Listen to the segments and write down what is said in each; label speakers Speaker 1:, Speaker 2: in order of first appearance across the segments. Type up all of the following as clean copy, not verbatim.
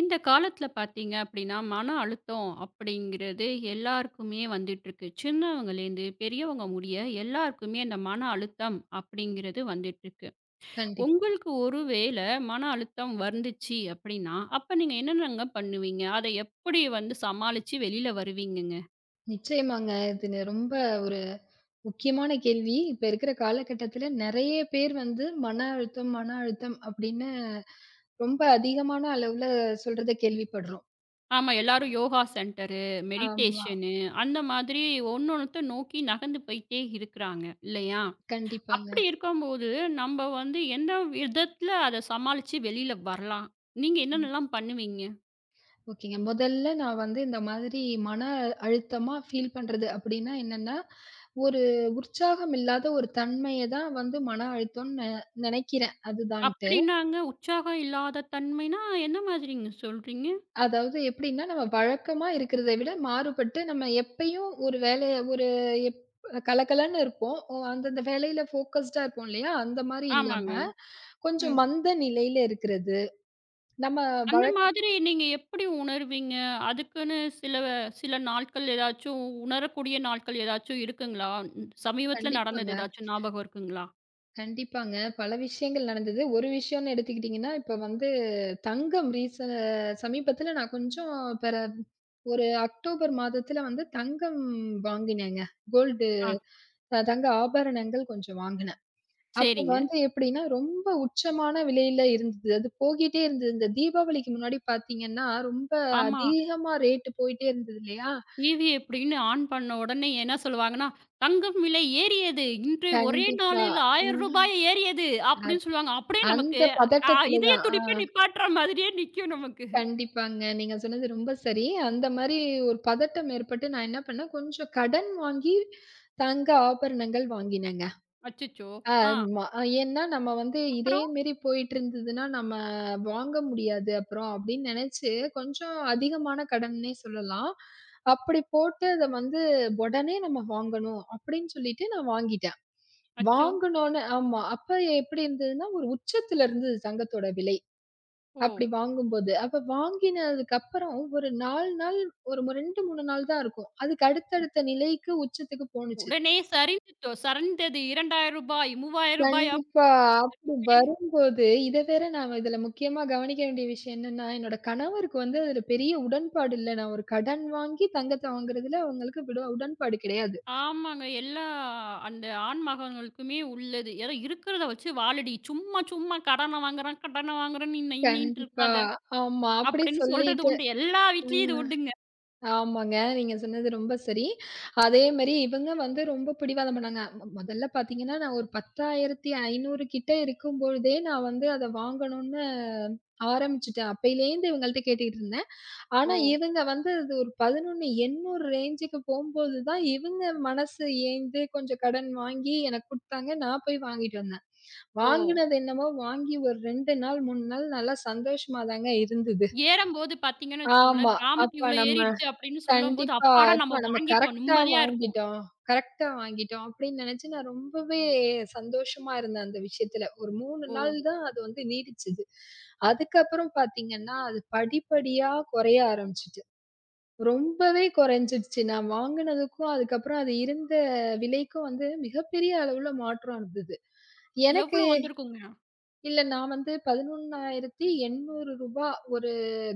Speaker 1: இந்த காலத்துல பார்த்தீங்க அப்படின்னா, மன அழுத்தம் அப்படிங்கிறது எல்லாருக்குமே வந்துட்டுருக்கு. சின்னவங்கலேருந்து பெரியவங்க முடிய எல்லாருக்குமே இந்த மன அழுத்தம் அப்படிங்கிறது வந்துட்டுருக்கு.
Speaker 2: கண்டிப்
Speaker 1: உங்களுக்கு ஒரு வேள மன அழுத்தம் வந்துச்சு அப்படின்னா, அப்ப நீங்க என்னென்னங்க பண்ணுவீங்க? அத எப்படி வந்து சமாளிச்சு வெளில வருவீங்கங்க?
Speaker 2: நிச்சயமாங்க. இது ரொம்ப ஒரு முக்கியமான கேள்வி. இப்ப இருக்கிற காலகட்டத்தில நெறைய பேர் வந்து மன அழுத்தம், மன அழுத்தம் அப்படின்னு ரொம்ப அதிகமான அளவுல சொல்றத கேள்விப்படுறோம்.
Speaker 1: ஆமா, எல்லாரும் யோகா சென்டரு,
Speaker 2: ஆமா.
Speaker 1: மெடிடேஷனு அந்த மாதிரி ஒண்ணு ஒண்ணுத்த நோக்கி நகர்ந்து போயிட்டே இருக்கிறாங்க இல்லையா?
Speaker 2: கண்டிப்பாங்க.
Speaker 1: அப்படி இருக்கும்போது, நம்ப வந்து எந்த விதத்தில அத சமாளிச்சு வெளியில வரலாம்? நீங்க
Speaker 2: ம்.
Speaker 1: என்னென்னலாம் பண்ணுவீங்க?
Speaker 2: ஓகேங்க. முதல்ல நான் வந்து இந்த மாதிரி மன அழுத்தமா ஃபீல் பண்றது அப்படின்னா என்னன்னா, ஒரு உற்சாகம் இல்லாத ஒரு தன்மைய தான் வந்து மன அழுத்தம்னு நெனைக்கிறேன் அதுதான்ட்டு.
Speaker 1: அப்படின்னாங்க உற்சாகம் இல்லாத தன்மைனா, என்ன மாதிரிங்க சொல்றீங்க?
Speaker 2: அதாவது எப்படின்னா, நம்ம வழக்கமா இருக்கிறத விட மாறுபட்டு, நம்ம எப்பயும் ஒரு வேலைய ஒரு எப் கலகலன்னு இருப்போம். அந்தந்த வேலையில ஃபோக்கஸ்டா இருப்போம் இல்லையா? அந்த மாரி இல்லாம,
Speaker 1: ஆமாங்க.
Speaker 2: கொஞ்சம்
Speaker 1: ம்.
Speaker 2: மந்த நிலையில இருக்கிறது. நம்ம
Speaker 1: அந்த
Speaker 2: வழக்க
Speaker 1: மாதிரி நீங்க எப்படி உணர்வீங்க? அதுக்குன்னு சில சில நாட்கள் ஏதாச்சும் உணரக்கூடிய நாட்கள் ஏதாச்சும் இருக்குங்களா? சமீபத்தில
Speaker 2: கண்டிப்பாங்க,
Speaker 1: நடந்தது ஏதாச்சும் ஞாபகம் இருக்குங்களா?
Speaker 2: கண்டிப்பாங்க. பல விஷயங்கள் நடந்தது. ஒரு விஷயம்னு எடுத்துக்கிட்டிங்கன்னா, இப்ப வந்து தங்கம் ரீச சமீபத்தில நான் கொஞ்சம் பெற ஒரு அக்டோபர் மாதத்தில வந்து தங்கம் வாங்கினேங்க. கோல்டு,
Speaker 1: ஆ,
Speaker 2: தங்க ஆபரணங்கள் கொஞ்சம் வாங்கினேன். அப்ப
Speaker 1: சரிங்க.
Speaker 2: வந்து எப்படின்னா, ரொம்ப உச்சமான விலையில இருந்தது. அது போகிட்டே இருந்தது. இந்த தீபாவளிக்கு முன்னாடி பார்த்தீங்கன்னா, ரொம்ப
Speaker 1: ஆமா.
Speaker 2: அதிகமா ரேட் போயிட்டே இருந்தது இல்லையா?
Speaker 1: டிவி எப்படின்னு ஆன் பண்ண உடனே என்ன சொல்லுவாங்கன்னா, "தங்கம் விலை ஏறியது. இன்று ஒரே
Speaker 2: கண்டிப்பா.
Speaker 1: நாளில் ரூ.
Speaker 2: ம்.
Speaker 1: 1000 ஏறியது"
Speaker 2: அத்
Speaker 1: அப்படின்னு சொல்லுவாங்க. அப்படியே நமக்கு
Speaker 2: அந்த பதட்டத்துல
Speaker 1: இதய
Speaker 2: தான்.
Speaker 1: துடிப்பே நிப்பாட்டுற மாதிரியே நிக்கும் நமக்கு.
Speaker 2: கண்டிப்பாங்க. நீங்க சொன்னது ரொம்ப சரி. அந்த மாரி ஒரு பதட்டம் ஏற்பட்டு நான் என்ன பண்ணேன், கொஞ்சம் கடன் வாங்கி தங்க ஆபரணங்கள் வாங்கினேங்க.
Speaker 1: அச்சச்சோ! ஆ
Speaker 2: ஆமா. ஏன்னா நம்ம வந்து இதே
Speaker 1: அப்புறம்?
Speaker 2: மாரி போயிட்டுருந்ததுன்னா, நம்ம வாங்க முடியாது அப்புறம் அப்படின்னு நெனச்சு, கொஞ்சம் அதிகமான கடன்னே சொல்லலாம். அப்படி போட்டு அத வந்து உடனே நம்ம வாங்கணும் அப்படின்னு சொல்லிட்டு நான் வாங்கிட்டேன்.
Speaker 1: அச்சோ!
Speaker 2: வாங்கனோனே ஆமா. அப்ப எப்படி இருந்ததுன்னா, ஒரு உச்சத்துல இருந்தது தங்கத்தோட விலை.
Speaker 1: ஓ!
Speaker 2: அப்படி வாங்கும்போது. அப்ப வாங்கினதுக்கப்புறம் ஒரு 4 நாள் ஒரு 2, 3 நாள் தான் இருக்கும். அதுக்கு அடுத்தடுத்த நிலைக்கு உச்சத்துக்கு போணுச்சு.
Speaker 1: உடனே சரிந்துச்சோ சரிந்தது ரூ. 2000 ரூ. 3000
Speaker 2: கண்டிப்பா.
Speaker 1: அப்படின்னு
Speaker 2: அப்படி
Speaker 1: சொல்லிட்டுமே
Speaker 2: வரும்போது, இத வேற நான் இதுல முக்கியமா கவனிக்க வேண்டிய விஷயம் என்னன்னா, என்னோட கணவருக்கு வந்து அதுல பெரிய உடன்பாடு இல்ல. நான் ஒரு கடன் வாங்கி தங்கத்த வாங்குறதுல அவங்களுக்கு விட உடன்பாடு கிடையாது.
Speaker 1: ஆமாங்க. எல்லா அந்த ஆண்மகன்களுக்குமே உள்ளது. ஏதோ இருக்கிறத வச்சு வாழடி. சும்மா சும்மா கடன வாங்குறேன், கடன வாங்குறேன்னு இன்ன இன்னின்ட்டு
Speaker 2: கண்டிப்பா.
Speaker 1: இருக்காத.
Speaker 2: ஆமா. அப்படி
Speaker 1: அப்படின்னு சொல்றது
Speaker 2: சொல்லிட்டு
Speaker 1: உண்டு. எல்லா வீட்லயும் இது
Speaker 2: ம்.
Speaker 1: உண்டுங்க.
Speaker 2: ஆமாங்க. நீங்க சொன்னது ரொம்ப சரி. அதே மாரி இவங்க வந்து ரொம்ப பிடிவாதம் பண்ணாங்க. மொதல்ல பாத்தீங்கன்னா, நான் ஒரு 10,500 கிட்ட இருக்கும்பொழுதே நான் வந்து அத வாங்கணும்னு ஆரம்பிச்சுட்டேன். அப்பயிலேருந்து இவங்கள்ட்ட கேட்டுட்டு இருந்தேன். ஆனா,
Speaker 1: ஓ!
Speaker 2: இவங்க வந்து அது ஒரு 11,800 ரேஞ்சுக்கு போம்போது தான், இவங்க மனசு ஏந்து கொஞ்சம் கடன் வாங்கி எனக்கு குடுத்தாங்க. நான் போய் வாங்கிட்டு வந்தேன்.
Speaker 1: ஓ!
Speaker 2: வாங்கினது என்னமோ வாங்கி ஒரு 2 நாள், 3 நாள் நல்லா சந்தோஷமா தாங்க இருந்தது.
Speaker 1: ஏறம்போது பார்த்தீங்கன்னு வச்சுக்கோங்களேன்,
Speaker 2: ஆமா.
Speaker 1: கிராமுக்கு
Speaker 2: அப்ப
Speaker 1: இவ்ளோ
Speaker 2: நம்ம
Speaker 1: ஏறிடுச்சு அப்படின்னு சொல்லும்போது,
Speaker 2: கண்டிப்பா,
Speaker 1: அப்பாடா
Speaker 2: "அப்பா
Speaker 1: நம்ம
Speaker 2: நம்ம
Speaker 1: வாங்கிட்டோம்
Speaker 2: கரெக்ட்டா
Speaker 1: நிம்மதியா இருக்கும்.
Speaker 2: வாங்கிட்டோம். கரெக்ட்டா வாங்கிட்டோம்." அப்படின்னு நெனச்சு நான் ரொம்பவே சந்தோஷமா இருந்தேன் அந்த விஷயத்துல. ஒரு 3
Speaker 1: ஓ!
Speaker 2: நாள் தான் அது வந்து நீடிச்சது. அதுக்கப்புறம் பாத்தீங்கன்னா, அது படிப்படியா குறைய ஆரம்பிச்சுட்டு. ரொம்பவே குறைஞ்சிடுச்சு. நான் வாங்குனதுக்கும், அதுக்கப்புறம் அது இருந்த விலைக்கும் வந்து மிகப்பெரிய அளவுல மாற்றம் இருந்தது. எனக்கு
Speaker 1: எவ்ளோ வந்திருக்குங்க?
Speaker 2: இல்ல நான் வந்து ரூ. 11,800 ஒரு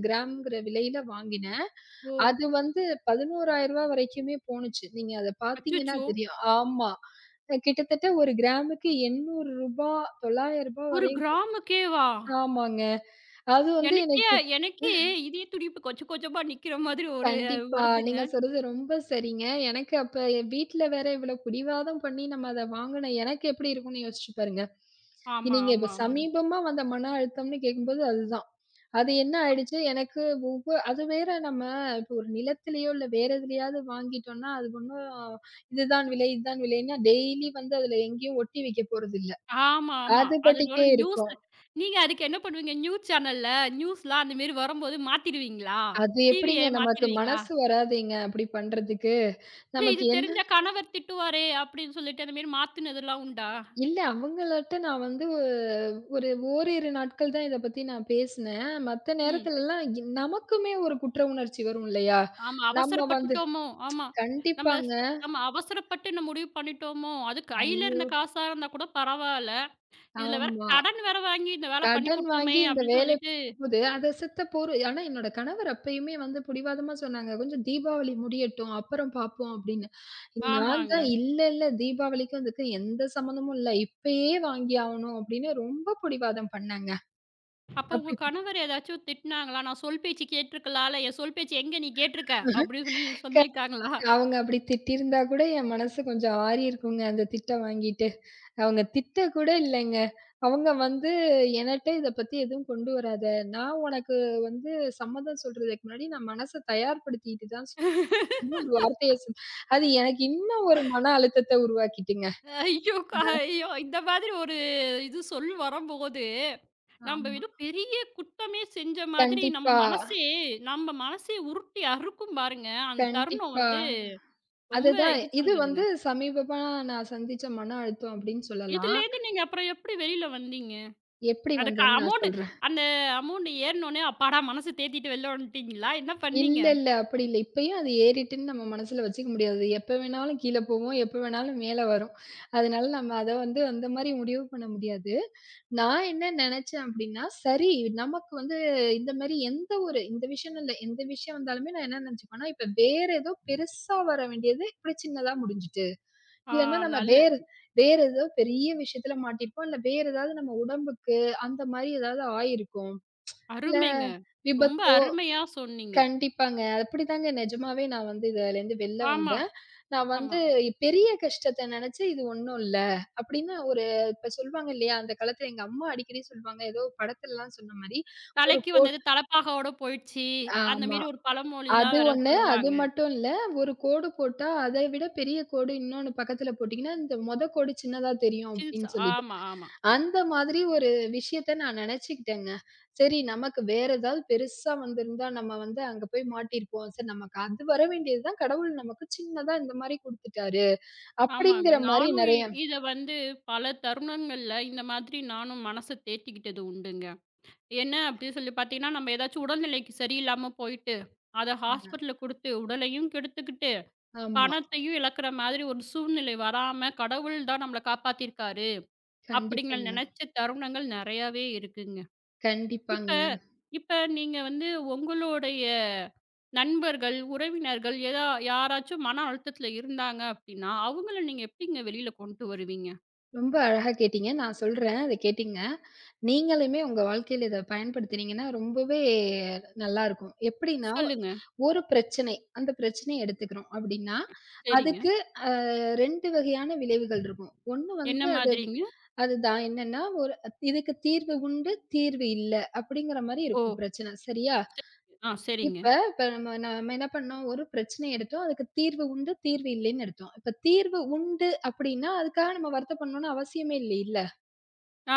Speaker 2: கிராம்ங்கிற விலையில வாங்கினேன்.
Speaker 1: ஓ!
Speaker 2: அது வந்து ரூ. 11,000 வரைக்குமே போணுச்சு. நீங்க அத பார்த்தீங்கன்னா
Speaker 1: அச்சச்சோ!
Speaker 2: தெரியும். ஆமா. கிட்டத்தட்ட ஒரு கிராமுக்கு ரூ. 800 ரூ. 900
Speaker 1: 1
Speaker 2: வரையும்
Speaker 1: கிராமுக்கேவா?
Speaker 2: ஆமாங்க. அது வந்து
Speaker 1: எனக்கே
Speaker 2: எனக்கு
Speaker 1: எனக்கே இதய துடிப்பு கொச்ச கொச்சமா நிக்கிற மாதிரி ஒரு
Speaker 2: கண்டிப்பா.
Speaker 1: வருதுங்க.
Speaker 2: நீங்க சொல்றது ரொம்ப சரிங்க. எனக்கு அப்ப என் வீட்ல வேற இவ்ளோ பிடிவாதம் பண்ணி நம்ம அத வாங்குன எனக்கு எப்படி இருக்கும்னு யோசிச்சு பாருங்க.
Speaker 1: ஆமா,
Speaker 2: நீங்க இப்ப
Speaker 1: ஆமா, ஆமாங்க.
Speaker 2: சமீபமா வந்த மன அழுத்தம்னு கேட்கும்போது அதுதான். அது என்ன ஆயிடுச்சு எனக்கு அது வேற நம்ம இப்ப ஒரு நிலத்திலயோ, இல்ல வேற எதுலயாவது வாங்கிட்டோம்னா, அது ஒண்ணும் இதுதான் விலை, இதுதான் விலைன்னா டெய்லி வந்து அதுல எங்கேயும் ஒட்டி வைக்க போறதில்ல.
Speaker 1: ஆமா, ஆமா.
Speaker 2: அது
Speaker 1: அது ஒரு
Speaker 2: பாட்டுக்கே
Speaker 1: நியூஸ்.
Speaker 2: இருக்கும்.
Speaker 1: நீங்க அதுக்கு என்ன பண்ணுவீங்க? நியூஸ் சேனல்ல நியூஸ்லாம் அந்த மாரி வரும்போது மாத்திருவீங்களா?
Speaker 2: அது
Speaker 1: டிவிய
Speaker 2: எப்படிங்க நமக்கு
Speaker 1: மாத்திருவீங்களா?
Speaker 2: மனசு வராதேங்க அப்படி பண்றதுக்கு.
Speaker 1: இல்ல
Speaker 2: நமக்கு
Speaker 1: இது
Speaker 2: என்ன
Speaker 1: தெரிஞ்சா கணவர் திட்டுவாரே! அப்டின்னு சொல்லிட்டு அந்த மாரி மாத்துனதெல்லாம் உண்டா?
Speaker 2: இல்ல அவங்கள்ட்ட நான் வந்து ஒரு ஓரிரு நாட்கள் தான் இத பத்தி நான் பேசினேன். மத்த
Speaker 1: ம்.
Speaker 2: நேரத்துலலாம் நமக்குமே ஒரு குற்ற உணர்ச்சி வரும் இல்லையா?
Speaker 1: ஆமா.
Speaker 2: நம்ம வந்து
Speaker 1: அவசரப்பட்டுட்டோமோ! ஆமா. நம்ம ச
Speaker 2: கண்டிப்பாங்க.
Speaker 1: ஆமா அவசரப்பட்டு இந்த முடிவு பண்ணிட்டோமோ! அது கையில
Speaker 2: ஐயோ!
Speaker 1: இருந்த காசா இருந்தா கூட பரவால்ல. இதுல வேற
Speaker 2: ஆமா.
Speaker 1: கடன் வேற வாங்கி இந்த வேல
Speaker 2: கடன்
Speaker 1: பண்ணிப்புட்டோமே!
Speaker 2: வாங்கி இந்த
Speaker 1: அப்டின்னு
Speaker 2: வேலை
Speaker 1: சொல்லிட்டு
Speaker 2: போது அத செத்த போரு. ஆனா என்னோட கணவர் அப்பயுமே வந்து பிடிவாதமா சொன்னாங்க. "கொஞ்சம் தீபாவளி முடியட்டும். அப்புறம் பார்ப்போம்" அப்படின்னு. நான் தான்
Speaker 1: ஆமாங்க.
Speaker 2: "இல்ல, இல்ல தீபாவளிக்கும் இதுக்கும் எந்த சம்மந்தமும் இல்ல. இப்பயே வாங்கி ஆவணும்" அப்படின்னு ரொம்ப பிடிவாதம் பண்ணாங்க.
Speaker 1: அப்ப உங்க
Speaker 2: அப்படி
Speaker 1: கணவர் ஏதாச்சும் திட்டுனாங்களா? நான் சொல் பேச்சு கேட்டுருக்கலாம்ல. என் சொல் பேச்சு எங்க நீ கேட்டுருக்க? அப்டின்னு சொல்லி சொல்லியிருக்காங்களா?
Speaker 2: அவங்க அப்படி திட்டியிருந்தா கூட என் மனசு கொஞ்சம் ஆறியிருக்குங்க, அந்த திட்ட வாங்கிட்டு. அவங்க திட்ட கூட இல்லைங்க. அவங்க வந்து எனட்ட இத பத்தி எதுவும் கொண்டு வராத. நான் உனக்கு வந்து சம்மதம் சொல்றதுக்கு முன்னாடி நான் மனச தயார்படுத்திட்டு தான் சொல்லணும்னு ஒரு வார்த்தைய சொல். அது எனக்கு இன்னும் ஒரு மன அழுத்தத்த உருவாக்கிட்டுங்க.
Speaker 1: ஐயோ! க ஐயோ! இந்த மாதிரி ஒரு இது சொல் வரம்போது நம்ம
Speaker 2: ஆமா.
Speaker 1: ஏதோ பெரிய குத்தமே செஞ்ச மாதிரி நம்ம
Speaker 2: கண்டிப்பா,
Speaker 1: மனசே நம்ம மனசே உருட்டி அறுக்கும் பாருங்க. அந்த தருணம்
Speaker 2: கண்டிப்பா.
Speaker 1: வந்து ரொம்ப
Speaker 2: அதுதான்
Speaker 1: இது
Speaker 2: இது
Speaker 1: பண்றதுங்க.
Speaker 2: வந்து சமீபமா நான் சந்திச்ச மன அழுத்தம் அப்படின்னு சொல்லலாம்.
Speaker 1: இதுலேருந்து நீங்க அப்புறம் எப்படி வெளியில வந்தீங்க?
Speaker 2: எப்படி
Speaker 1: அதுக்கு
Speaker 2: வந்ததுன்னு நான்
Speaker 1: அமௌண்ட்
Speaker 2: சொல்றேன்.
Speaker 1: அந்த அமௌண்ட் ஏறுனோனே அப்பாடா மனசு தேத்திட்டு வெளில வந்துட்டீங்களா? என்ன பண்ணீங்க?
Speaker 2: இல்ல, இல்ல. அப்படி இல்ல. இப்பயும் அது ஏறிட்டுன்னு நம்ம மனசுல வச்சுக்க முடியாது. எப்ப வேணாலும் கீழ போகும். எப்ப வேணாலும் மேல வரும். அதனால நம்ம அத வந்து அந்த மாரி முடிவு பண்ண முடியாது. நான் என்ன நெனச்சேன் அப்படின்னா, சரி நமக்கு வந்து இந்த மாரி எந்த ஒரு இந்த விஷயம்னு இல்ல. எந்த விஷயம் வந்தாலுமே நான் என்ன நெனச்சுப்பேன்னா, இப்ப வேற ஏதோ பெருசா வர வேண்டியது இப்படி சின்னதா முடிஞ்சுட்டு.
Speaker 1: ஆ
Speaker 2: இல்லன்னா நம்ம
Speaker 1: நல்ல
Speaker 2: வேற வேற ஏதோ பெரிய விஷயத்துல மாட்டிப்போம். இல்ல வேற ஏதாவது நம்ம உடம்புக்கு அந்த மாரி ஏதாவது ஆயிருக்கும். இல்ல
Speaker 1: அருமைங்க. ரொம்ப
Speaker 2: விபத்து.
Speaker 1: அருமையா சொன்னீங்க.
Speaker 2: கண்டிப்பாங்க. அப்படிதாங்க நிஜமாவே நான் வந்து இதுலேருந்து வெளில
Speaker 1: ஆமா,
Speaker 2: வந்தேன். நான்
Speaker 1: ஆமா.
Speaker 2: வந்து பெரிய கஷ்டத்த நெனச்சு இது ஒண்ணும் இல்ல. அப்படின்னு ஒரு இப்ப சொல்வாங்க இல்லையா? அந்த காலத்துல எங்க அம்மா அடிக்கடி சொல்வாங்க. ஏதோ படத்துலலாம் சொன்ன மாரி ஒரு
Speaker 1: தலைக்கு
Speaker 2: கோட்.
Speaker 1: வந்தது தலப்பாகாவோட போயிடுச்சு. அந்த
Speaker 2: ஆமா.
Speaker 1: மாரி ஒரு
Speaker 2: அது
Speaker 1: பழமொழிலாம் வேற
Speaker 2: ஒண்ணு. அது
Speaker 1: சொல்லுவாங்க.
Speaker 2: மட்டும் இல்ல. ஒரு கோடு போட்டா, அதை விட பெரிய கோடு இன்னொன்னு பக்கத்துல போட்டீங்கன்னா, இந்த மொத கோடு சின்னதா தெரியும்
Speaker 1: சில்ஸ்
Speaker 2: அப்டின்னு சொல்லிட்டு.
Speaker 1: ஆமா, ஆமா.
Speaker 2: அந்த மாதிரி ஒரு விஷயத்த நான் நெனச்சுக்கிட்டேங்க. சரி நமக்கு வேற ஏதாவது பெருசா வந்திருந்தா, நம்ம வந்து அங்க போய் மாட்டியிருப்போம். சரி நமக்கு அது வர வேண்டியது தான், கடவுள் நமக்கு சின்னதா இந்த மாரி குடுத்துட்டாரு.
Speaker 1: ஆமாங்க.
Speaker 2: அப்படிங்கிற மாரி
Speaker 1: நானும்
Speaker 2: நெறைய
Speaker 1: இத வந்து பல தருணங்கள்ல இந்த மாதிரி நானும் மனச தேத்திக்கிட்டது உண்டுங்க. என்ன அப்படி சொல்லி பார்த்தீங்கன்னா, நம்ம ஏதாச்சும் உடல்நிலைக்கு சரியில்லாம போயிட்டு, அத ஹாஸ்பிட்டலுக்கு குடுத்து, உடலையும் கெடுத்துக்கிட்டு,
Speaker 2: ஆமா.
Speaker 1: பணத்தையும் இழக்கிற மாதிரி ஒரு சூழ்நிலை வராம, கடவுள் தான் நம்மள காப்பாத்தியிருக்காரு. அப்படிங்கிற
Speaker 2: கண்டிப்பாங்க.
Speaker 1: நெனைச்ச தருணங்கள் நெறையாவே இருக்குங்க. இப்ப
Speaker 2: கண்டிப்பாங்க.
Speaker 1: இப்ப நீங்க வந்து உங்களுடைய நண்பர்கள், உறவினர்கள் யாராச்சும் மன அழுத்தத்தில இருந்தாங்க அப்படின்னா, அவங்கள நீங்க எப்படிங்க வெளியில கொண்டு வருவீங்க?
Speaker 2: ரொம்ப அழகா கேட்டீங்க. நான் சொல்றேன். அத கேட்டீங்க. நீங்களுமே உங்க வாழ்க்கையில இத பயன்படுத்தினீங்கன்னா, ரொம்பவே நல்லாருக்கும். எப்படின்னா,
Speaker 1: சொல்லுங்க.
Speaker 2: ஒரு பிரச்சனை, அந்த பிரச்சனைய எடுத்துக்கிறோம் அப்படின்னா,
Speaker 1: சரிங்க.
Speaker 2: அதுக்கு அ 2 வகையான விளைவுகள் இருக்கும். ஒண்ணு
Speaker 1: என்ன
Speaker 2: வந்து அது
Speaker 1: மாதிரிங்க?
Speaker 2: அதுதான் என்னன்னா, ஒரு இதுக்கு தீர்வு உண்டு, தீர்வு இல்ல அப்படிங்கிற மாரி
Speaker 1: ஓ!
Speaker 2: இருக்கும் பிரச்சனை. சரியா?
Speaker 1: சரிங்க. ஆ சரிங்க.
Speaker 2: இப்ப இப்ப நம்ம நம்ம என்ன பண்ணோம், ஒரு பிரச்சனைய எடுத்தோம். அதுக்கு தீர்வு உண்டு, தீர்வு இல்லைன்னு எடுத்தோம். இப்ப தீர்வு உண்டு அப்படின்னா, அதுக்காக நம்ம வருத்தப்படணும்னு அவசியமே இல்லைல்ல.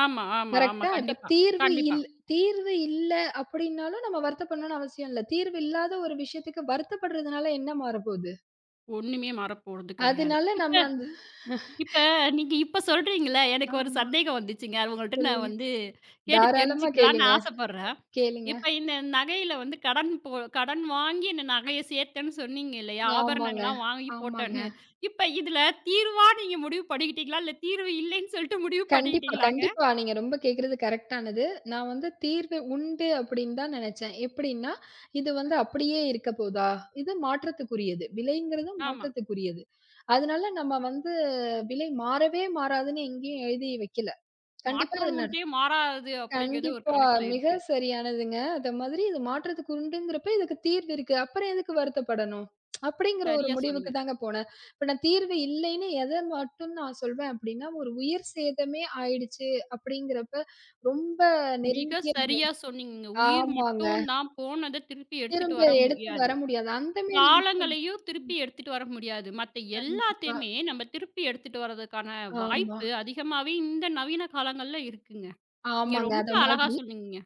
Speaker 1: ஆமா, ஆமா, ஆமா.
Speaker 2: கரெக்ட்டா. இப்ப
Speaker 1: கண்டிப்பா,
Speaker 2: தீர்வு
Speaker 1: கண்டிப்பா.
Speaker 2: தீர்வு இல்ல அப்டின்னாலும் நம்ம வருத்தப்படணும்னு அவசியம் இல்ல. தீர்வு இல்லாத ஒரு விஷயத்துக்கு வருத்தப்படுறதுனால என்ன மாறப்போது?
Speaker 1: ஒண்ணுமே மறப்போறது கிடையாது.
Speaker 2: அதனால நம்ம
Speaker 1: இப்ப
Speaker 2: அந்த
Speaker 1: இப்ப நீங்க இப்ப சொல்றீங்கல்ல, எனக்கு ஒரு
Speaker 2: ஆமா.
Speaker 1: சந்தேகம் வந்துச்சுங்க. அது உங்கள்ட்ட நான்
Speaker 2: சொல்லுங்க.
Speaker 1: வந்து கேட்டு
Speaker 2: தாராளமா
Speaker 1: தெரிஞ்சுக்கலான்னு
Speaker 2: கேளுங்க,
Speaker 1: ஆசைப்படுறேன்.
Speaker 2: கேளுங்க.
Speaker 1: இப்ப இந்த நகையில வந்து கடன் வாங்கி இந்த நகைய சேர்த்தேன்னு சொன்னீங்க இல்லையா?
Speaker 2: ஆமாங்க,
Speaker 1: ஆபரணங்கள்லாம் வாங்கி
Speaker 2: ஆமாங்க.
Speaker 1: போட்டேன்னு. இப்ப இதுல தீர்வா நீங்க முடிவு பண்ணிக்கிட்டீங்களா? இல்ல தீர்வு இல்லைன்னு சொல்லிட்டு முடிவு
Speaker 2: கண்டிப்பா,
Speaker 1: பண்ணிக்கிட்டீங்களாங்க?
Speaker 2: கண்டிப்பா. நீங்க ரொம்ப கேட்கிறது கரெக்ட்டானது. நான் வந்து தீர்வு உண்டு அப்படின்னு தான் நெனச்சேன். எப்படின்னா, இது வந்து அப்படியே இருக்க போதா? இது மாற்றத்துக்குரியது. விலைங்கிறது
Speaker 1: ஆமா.
Speaker 2: மாற்றத்துக்குரியது. அதனால நம்ம வந்து விலை மாறவே மாறாதுன்னு எங்கேயும் எழுதி வைக்கல. கண்டிப்பா அது
Speaker 1: மாற்றம் ஒன்றே மாறாதது அப்படிங்கிறது ஒரு
Speaker 2: கண்டிப்பா.
Speaker 1: கணக்குல
Speaker 2: மிக
Speaker 1: இருக்கு.
Speaker 2: சரியானதுங்க. அத மாதிரி இது மாற்றத்துக்கு உண்டுங்கிறப்ப, இதுக்கு தீர்வு இருக்கு. அப்புறம் எதுக்கு வருத்தப்படணும்? அப்படிங்கிற ஒரு
Speaker 1: சரியா
Speaker 2: முடிவுக்கு
Speaker 1: சொன்னீங்க.
Speaker 2: தாங்க போனேன். இப்ப நான் தீர்வு இல்லைன்னு எத மட்டும் நான் சொல்வேன் அப்படின்னா, ஒரு உயிர் சேதமே ஆயிடுச்சு அப்படிங்கிறப்ப, ரொம்ப
Speaker 1: மிக
Speaker 2: நெருங்கிய உறவு.
Speaker 1: சரியா சொன்னீங்கங்க. உயிர்
Speaker 2: ஆமாங்க.
Speaker 1: மட்டும் தான் போனத திருப்பி எடுத்துட்டு
Speaker 2: திரும்ப
Speaker 1: வர
Speaker 2: எடுத்து வர
Speaker 1: முடியாது.
Speaker 2: முடியாது. அந்த மேரி விஷயம்.
Speaker 1: காலங்களையும் திருப்பி எடுத்துட்டு வர முடியாது. மத்த
Speaker 2: கண்டிப்பா.
Speaker 1: எல்லாத்தையுமே நம்ம திருப்பி எடுத்துட்டு வரதுக்கான
Speaker 2: ஆமா.
Speaker 1: வாய்ப்பு அதிகமாவே இந்த நவீன காலங்கள்ல இருக்குங்க. நீங்க
Speaker 2: ஆமாங்க.
Speaker 1: ரொம்ப
Speaker 2: அத
Speaker 1: அழகா
Speaker 2: மாதிரி
Speaker 1: சொன்னீங்கங்க.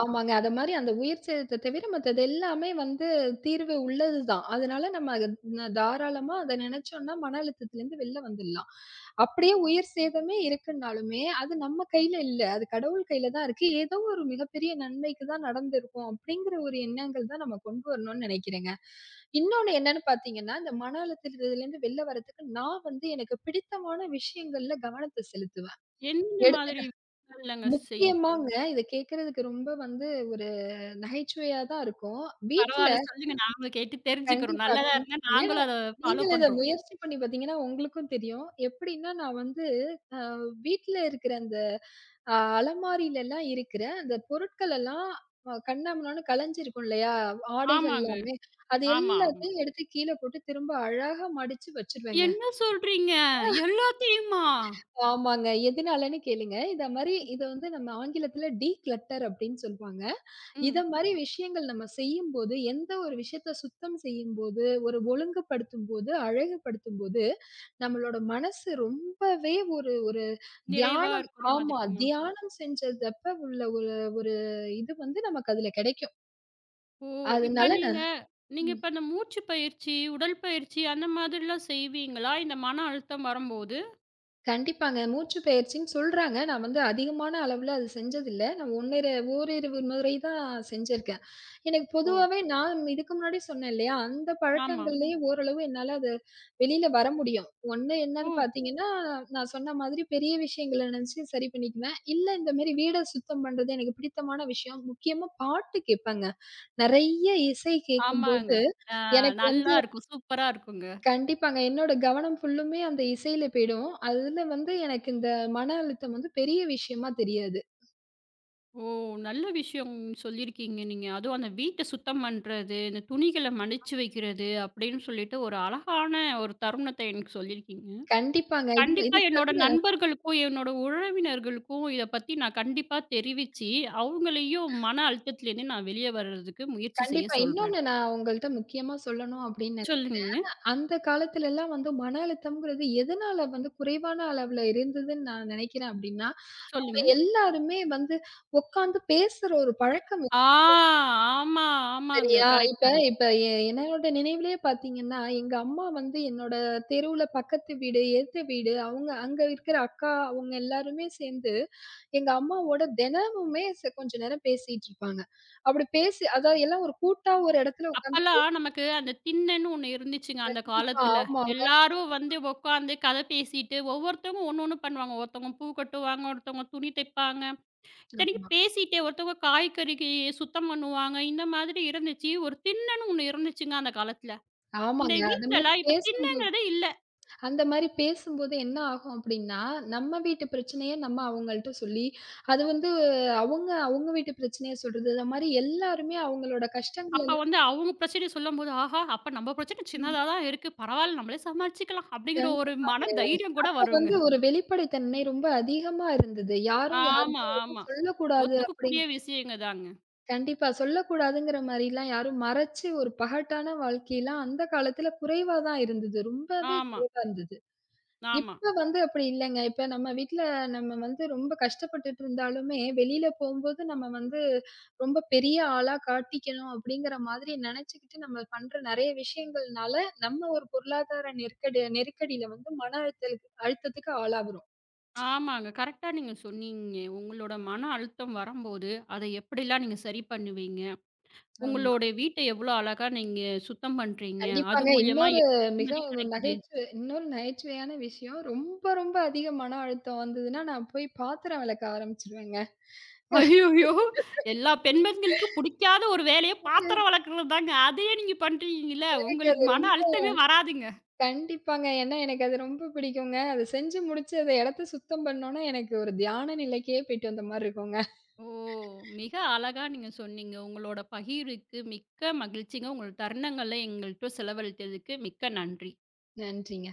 Speaker 2: ஆமாங்க. அத மாரி அந்த உயிர் சேதத்த தவிர மத்தது எல்லாமே வந்து தீர்வு உள்ளது தான். அதனால நம்ம அத தாராளமா அத நெனச்சோம்னா மன அழுத்தத்துலருந்து வெளில வந்துடலாம். அப்படியே உயிர் சேதமே இருக்குன்னாலுமே, அது நம்ம கையில இல்ல. அது கடவுள் கையில தான் இருக்கு. ஏதோ ஒரு மிகப்பெரிய நன்மைக்கு தான் நடந்திருக்கும். அப்படிங்கிற ஒரு எண்ணங்கள் தான் நம்ம கொண்டு வரணும்னு நெனைக்கிறேங்க. இன்னொன்னு என்னன்னு பார்த்தீங்கன்னா, இந்த மன அழுத்தத்துலருந்து வெளில வரதுக்கு நான் வந்து எனக்கு பிடித்தமான விஷயங்கள்ல கவனத்த செலுத்துவேன்.
Speaker 1: எந்த மாதிரி
Speaker 2: எடுத்துக்க
Speaker 1: விஷயங்கள்லங்க செய்வீங்க?
Speaker 2: முக்கியமாங்க இத கேட்கறதுக்கு ரொம்ப வந்து ஒரு நகைச்சுவையா தான் இருக்கும். வீட்ல
Speaker 1: பரவால்ல சொல்லுங்க. நாங்களும் கேட்டு தெரிஞ்சுக்கிறோம்.
Speaker 2: கண்டிப்பா,
Speaker 1: நல்லதா இருந்தா
Speaker 2: கண்டிப்பாங்க. ஏன்னா,
Speaker 1: நாங்களும் அத ஃபாலோ
Speaker 2: நீங்களும் இத
Speaker 1: பண்றோம்.
Speaker 2: முயற்சி பண்ணி பார்த்தீங்கன்னா, உங்களுக்கும் தெரியும். எப்படின்னா, நான் வந்து அ வீட்ல இருக்கிற அந்த அலமாரிலலாம் இருக்கிற அந்த பொருட்கள் எல்லாம் கண்ணாமண்ணான்னு கலைஞ்சிருக்கும் இல்லையா? ஆடைகள்
Speaker 1: ஆமாங்க.
Speaker 2: எல்லாமே. அது
Speaker 1: ஆமா, ஆமா.
Speaker 2: எல்லாத்தையும் எடுத்து கீழ போட்டு திரும்ப அழகா மடிச்சு வச்சுருவேங்க.
Speaker 1: என்ன சொல்றீங்க? எல்லாத்தையுமா?
Speaker 2: ஆமாங்க. எதுனாலன்னு கேளுங்க. இத மாரி இத வந்து நம்ம ஆங்கிலத்தில டீ கிளட்டர் அப்படின்னு சொல்லுவாங்க. இத
Speaker 1: ம்.
Speaker 2: மாரி விஷயங்கள் நம்ம செய்யும்போது, எந்த ஒரு விஷயத்த சுத்தம் செய்யும்போது, ஒரு ஒழுங்குபடுத்தும்போது, அழகுபடுத்தும்போது, நம்மளோட மனசு ரொம்பவே ஒரு ஒரு
Speaker 1: நிறைவா
Speaker 2: தியானம்
Speaker 1: இருக்கிற மாதிரி
Speaker 2: ஆமா.
Speaker 1: இருக்குமா?
Speaker 2: தியானம் செஞ்சதப்ப உள்ள ஒரு ஒரு இது வந்து நமக்கு அதுல கெடைக்கும்.
Speaker 1: ஓ! இப்ப
Speaker 2: அதனால
Speaker 1: நீங்க
Speaker 2: நான்
Speaker 1: நீங்க இப்ப இந்த மூச்சு பயிற்சி, உடல் பயிற்சி அந்த மாதிரிலாம் செய்வீங்களா? இந்த மன அழுத்தம் வரும்போது?
Speaker 2: கண்டிப்பாங்க. மூச்சு பயிற்சின்னு சொல்றாங்க. நான் வந்து அதிகமான அளவுல அது செஞ்சதில்ல. நான் ஓரிரு முறை தான் செஞ்சிருக்கேன். எனக்கு
Speaker 1: ஓ!
Speaker 2: பொதுவாவே நான் இதுக்கு முன்னாடி சொன்னேன் இல்லையா? அந்த
Speaker 1: ஆமா.
Speaker 2: பழக்கங்கள்லயே ம். ஓரளவு என்னால அது வெளியில வர முடியும். ஒண்ணு
Speaker 1: ஓ!
Speaker 2: என்னன்னு பார்த்தீங்கன்னா, நான் சொன்ன மாதிரி பெரிய விஷயங்கள நினைச்சு சரி பண்ணிக்குவேன். இல்ல இந்த மாரி வீட சுத்தம் பண்றது எனக்கு பிடித்தமான விஷயம். முக்கியமா பாட்டு கேட்பேங்க. நெறைய இசை
Speaker 1: ஆமாங்க.
Speaker 2: கேட்கும்போது
Speaker 1: ஆ
Speaker 2: எனக்கு வந்து
Speaker 1: நல்லா இருக்கும். சூப்பரா இருக்குங்க.
Speaker 2: கண்டிப்பாங்க. என்னோட கவனம் ஃபுல்லுமே அந்த இசையில போயிடும். அதுல வந்து எனக்கு இந்த மன அழுத்தம் வந்து பெரிய விஷயமா தெரியாது.
Speaker 1: ஓ! நல்ல விஷயம் சொல்லியிருக்கீங்க நீங்க. அதுவும் அந்த வீட்ட சுத்தம் பண்றது, இந்த துணிகள மடிச்சு வைக்கிறது அப்படின்னு சொல்லிட்டு ஒரு அழகான ஒரு தருணத்த எனக்கு சொல்லியிருக்கீங்க.
Speaker 2: கண்டிப்பாங்க. இது
Speaker 1: கண்டிப்பா
Speaker 2: இது
Speaker 1: என்னோட
Speaker 2: தவிர
Speaker 1: நண்பர்களுக்கும், என்னோட உறவினர்களுக்கும் இத பத்தி நான் கண்டிப்பா தெரிவிச்சு, அவங்களையும் மன அழுத்தத்திலேருந்து நான் வெளிய வர்றதுக்கு முயற்சி செய்ய
Speaker 2: கண்டிப்பா
Speaker 1: சொல்றேன்.
Speaker 2: இன்னொன்னு நான் உங்கள்ட்ட முக்கியமா சொல்லணும் அப்படின்னு நெனைக்கிறேன்.
Speaker 1: சொல்லுங்கங்க,
Speaker 2: அந்த காலத்துலலாம் வந்து மன அழுத்தம்ங்கிறது எதனால வந்து குறைவான அளவுல இருந்ததுன்னு நான் நெனைக்கிறேன் அப்படின்னா, அப்ப
Speaker 1: சொல்லுங்க.
Speaker 2: எல்லாருமே வந்து உட்காந்து பேசுற ஒரு பழக்கம்.
Speaker 1: ஆ ஆமா, ஆமாங்க.
Speaker 2: சரியா,
Speaker 1: கரெக்ட்,
Speaker 2: இப்ப
Speaker 1: கரெக்ட்.
Speaker 2: இப்ப என்னோட நினைவிலேயே பார்த்தீங்கன்னா, எங்க அம்மா வந்து என்னோட தெருவுல பக்கத்து வீடு, எதித்த வீடு, அவங்க அங்க இருக்கிற அக்கா அவங்க எல்லாருமே சேர்ந்து, எங்க அம்மாவோட தினமுமே கொஞ்ச நேரம் பேசிட்டு இருப்பாங்க. அப்படி பேசி அதாவது எல்லாம் ஒரு கூட்டா ஒரு இடத்துல உட்கார்ந்து
Speaker 1: அப்பலாம் நமக்கு அந்த திண்ணன்னு ஒண்ணு இருந்துச்சுங்க அந்த
Speaker 2: கண்டிப்பா
Speaker 1: காலத்துல.
Speaker 2: ஆமாங்க,
Speaker 1: எல்லாரும் வந்து உட்காந்து கதை பேசிட்டு, ஒவ்வொருத்தவங்க ஒண்ணு ஒண்ணு பண்ணுவாங்க. ஒருத்தவங்க பூ கட்டுவாங்க, ஒருத்தவங்க துணி தைப்பாங்க.
Speaker 2: ஆமா.
Speaker 1: இத்தனைக்கும் பேசிட்டே ஒருத்தவங்க காய்கறிக்கு சுத்தம் பண்ணுவாங்க. இந்த மாதிரி இருந்துச்சு. ஒரு திண்ணன்னு ஒண்ணு இருந்துச்சுங்க அந்த காலத்துல. இந்த
Speaker 2: ஆமாங்க. அந்த மாரி
Speaker 1: வீட்லலாம் இப்ப
Speaker 2: பேசும்போது
Speaker 1: திண்ணங்கிறதே இல்ல.
Speaker 2: அந்த மாரி பேசும்போது என்ன ஆகும் அப்படின்னா, நம்ம வீட்டு பிரச்சனைய நம்ம அவங்கள்ட்ட சொல்லி, அது வந்து அவங்க அவங்க வீட்டு பிரச்சனைய சொல்றது, இந்த மாரி எல்லாருமே அவங்களோட கஷ்டங்கள்
Speaker 1: அப்ப வந்து அவங்க பிரச்சனைய சொல்லும்போது, ஆஹா! அப்ப நம்ம பிரச்சனை
Speaker 2: எல்லாம்
Speaker 1: சின்னதா தான் இருக்கு. பரவால்ல நம்மளே சமாளிச்சுக்கலாம். அப்படிங்கிற ஒரு
Speaker 2: கண்டிப்பா.
Speaker 1: மன தைரியம் கூட
Speaker 2: அப்ப
Speaker 1: வருங்க.
Speaker 2: வந்து ஒரு வெளிப்படைத்தன்மை ரொம்ப அதிகமா இருந்தது. யாரும்
Speaker 1: ஆமா,
Speaker 2: யார்ட்டயும் எதுவும்
Speaker 1: ஆமா.
Speaker 2: சொல்லக்கூடாது
Speaker 1: ஒத்துக்கக்கூடிய
Speaker 2: அப்படிங்கிற
Speaker 1: விஷயங்க தாங்க.
Speaker 2: கண்டிப்பா. சொல்லக்கூடாதுங்கிற மாரிலாம் யாரும் மறைச்சு ஒரு பகட்டான வாழ்க்கைலாம் அந்த காலத்துல குறைவா தான் இருந்தது. ரொம்பவே
Speaker 1: ஆமா,
Speaker 2: குறைவா இருந்தது.
Speaker 1: ஆமா.
Speaker 2: இப்ப வந்து அப்படி இல்லங்க. இப்ப நம்ம வீட்ல நம்ம வந்து ரொம்ப கஷ்டப்பட்டுட்டு இருந்தாலுமே, வெளியில போம்போது நம்ம வந்து ரொம்ப பெரிய ஆளா காட்டிக்கணும் அப்படிங்கிற மாதிரி நெனச்சுக்கிட்டு நம்ம பண்ற நெறைய விஷயங்கள்னால, நம்ம ஒரு பொருளாதார நெருக்கடி நெருக்கடியில வந்து மன அழுத்தலுக்கு அழுத்தத்துக்கு ஆளாகுறோம்.
Speaker 1: ஆமாங்க. கரெக்ட்டா நீங்க சொன்னீங்க. உங்களோட மன அழுத்தம் வரும்போது, அத எப்படிலாம் நீங்க சரி பண்ணுவீங்க?
Speaker 2: ஆமா.
Speaker 1: உங்களோட வீட்ட எவ்வளோ அழகா நீங்க சுத்தம் பண்றீங்க? அது
Speaker 2: கண்டிப்பாங்க.
Speaker 1: மூலியமா
Speaker 2: இன்னொரு மிக
Speaker 1: நிம்மதி
Speaker 2: ஒரு
Speaker 1: கிடைக்குது?
Speaker 2: நகைச்சுவை இன்னொரு நகைச்சுவையான விஷயம், ரொம்ப ரொம்ப அதிக மன அழுத்தம் வந்ததுன்னா, நான் போய் பாத்திரம் வெளக்க ஆரம்பிச்சுருவேங்க.
Speaker 1: ஐய்யய்யோ! எல்லா பெண்களுக்கும் புடிக்காத ஒரு வேலையே பாத்திரம் வெளக்குறது தாங்க. அதையே நீங்க பண்றீங்கல்ல,
Speaker 2: எனக்கு
Speaker 1: உங்களுக்கு
Speaker 2: அது
Speaker 1: மன
Speaker 2: ரொம்ப
Speaker 1: அழுத்தமே வராதுங்க.
Speaker 2: கண்டிப்பாங்க. ஏன்னா எனக்கு அது ரொம்ப பிடிக்குங்க. அத செஞ்சு முடிச்சு, அந்த இடத்த சுத்தம் பண்ணோம்னா, எனக்கு ஒரு தியான நிலைக்கே போயிட்டு வந்த மாரி இருக்குங்க.
Speaker 1: ஓ! மிக அழகா நீங்க சொன்னீங்க. உங்களோட பகிர்வுக்கு மிக்க மகிழ்ச்சிங்க. உங்கள் தருணங்கள எங்கள்ட்ட செலவழித்ததுக்கு மிக்க நன்றி.
Speaker 2: நன்றிங்க.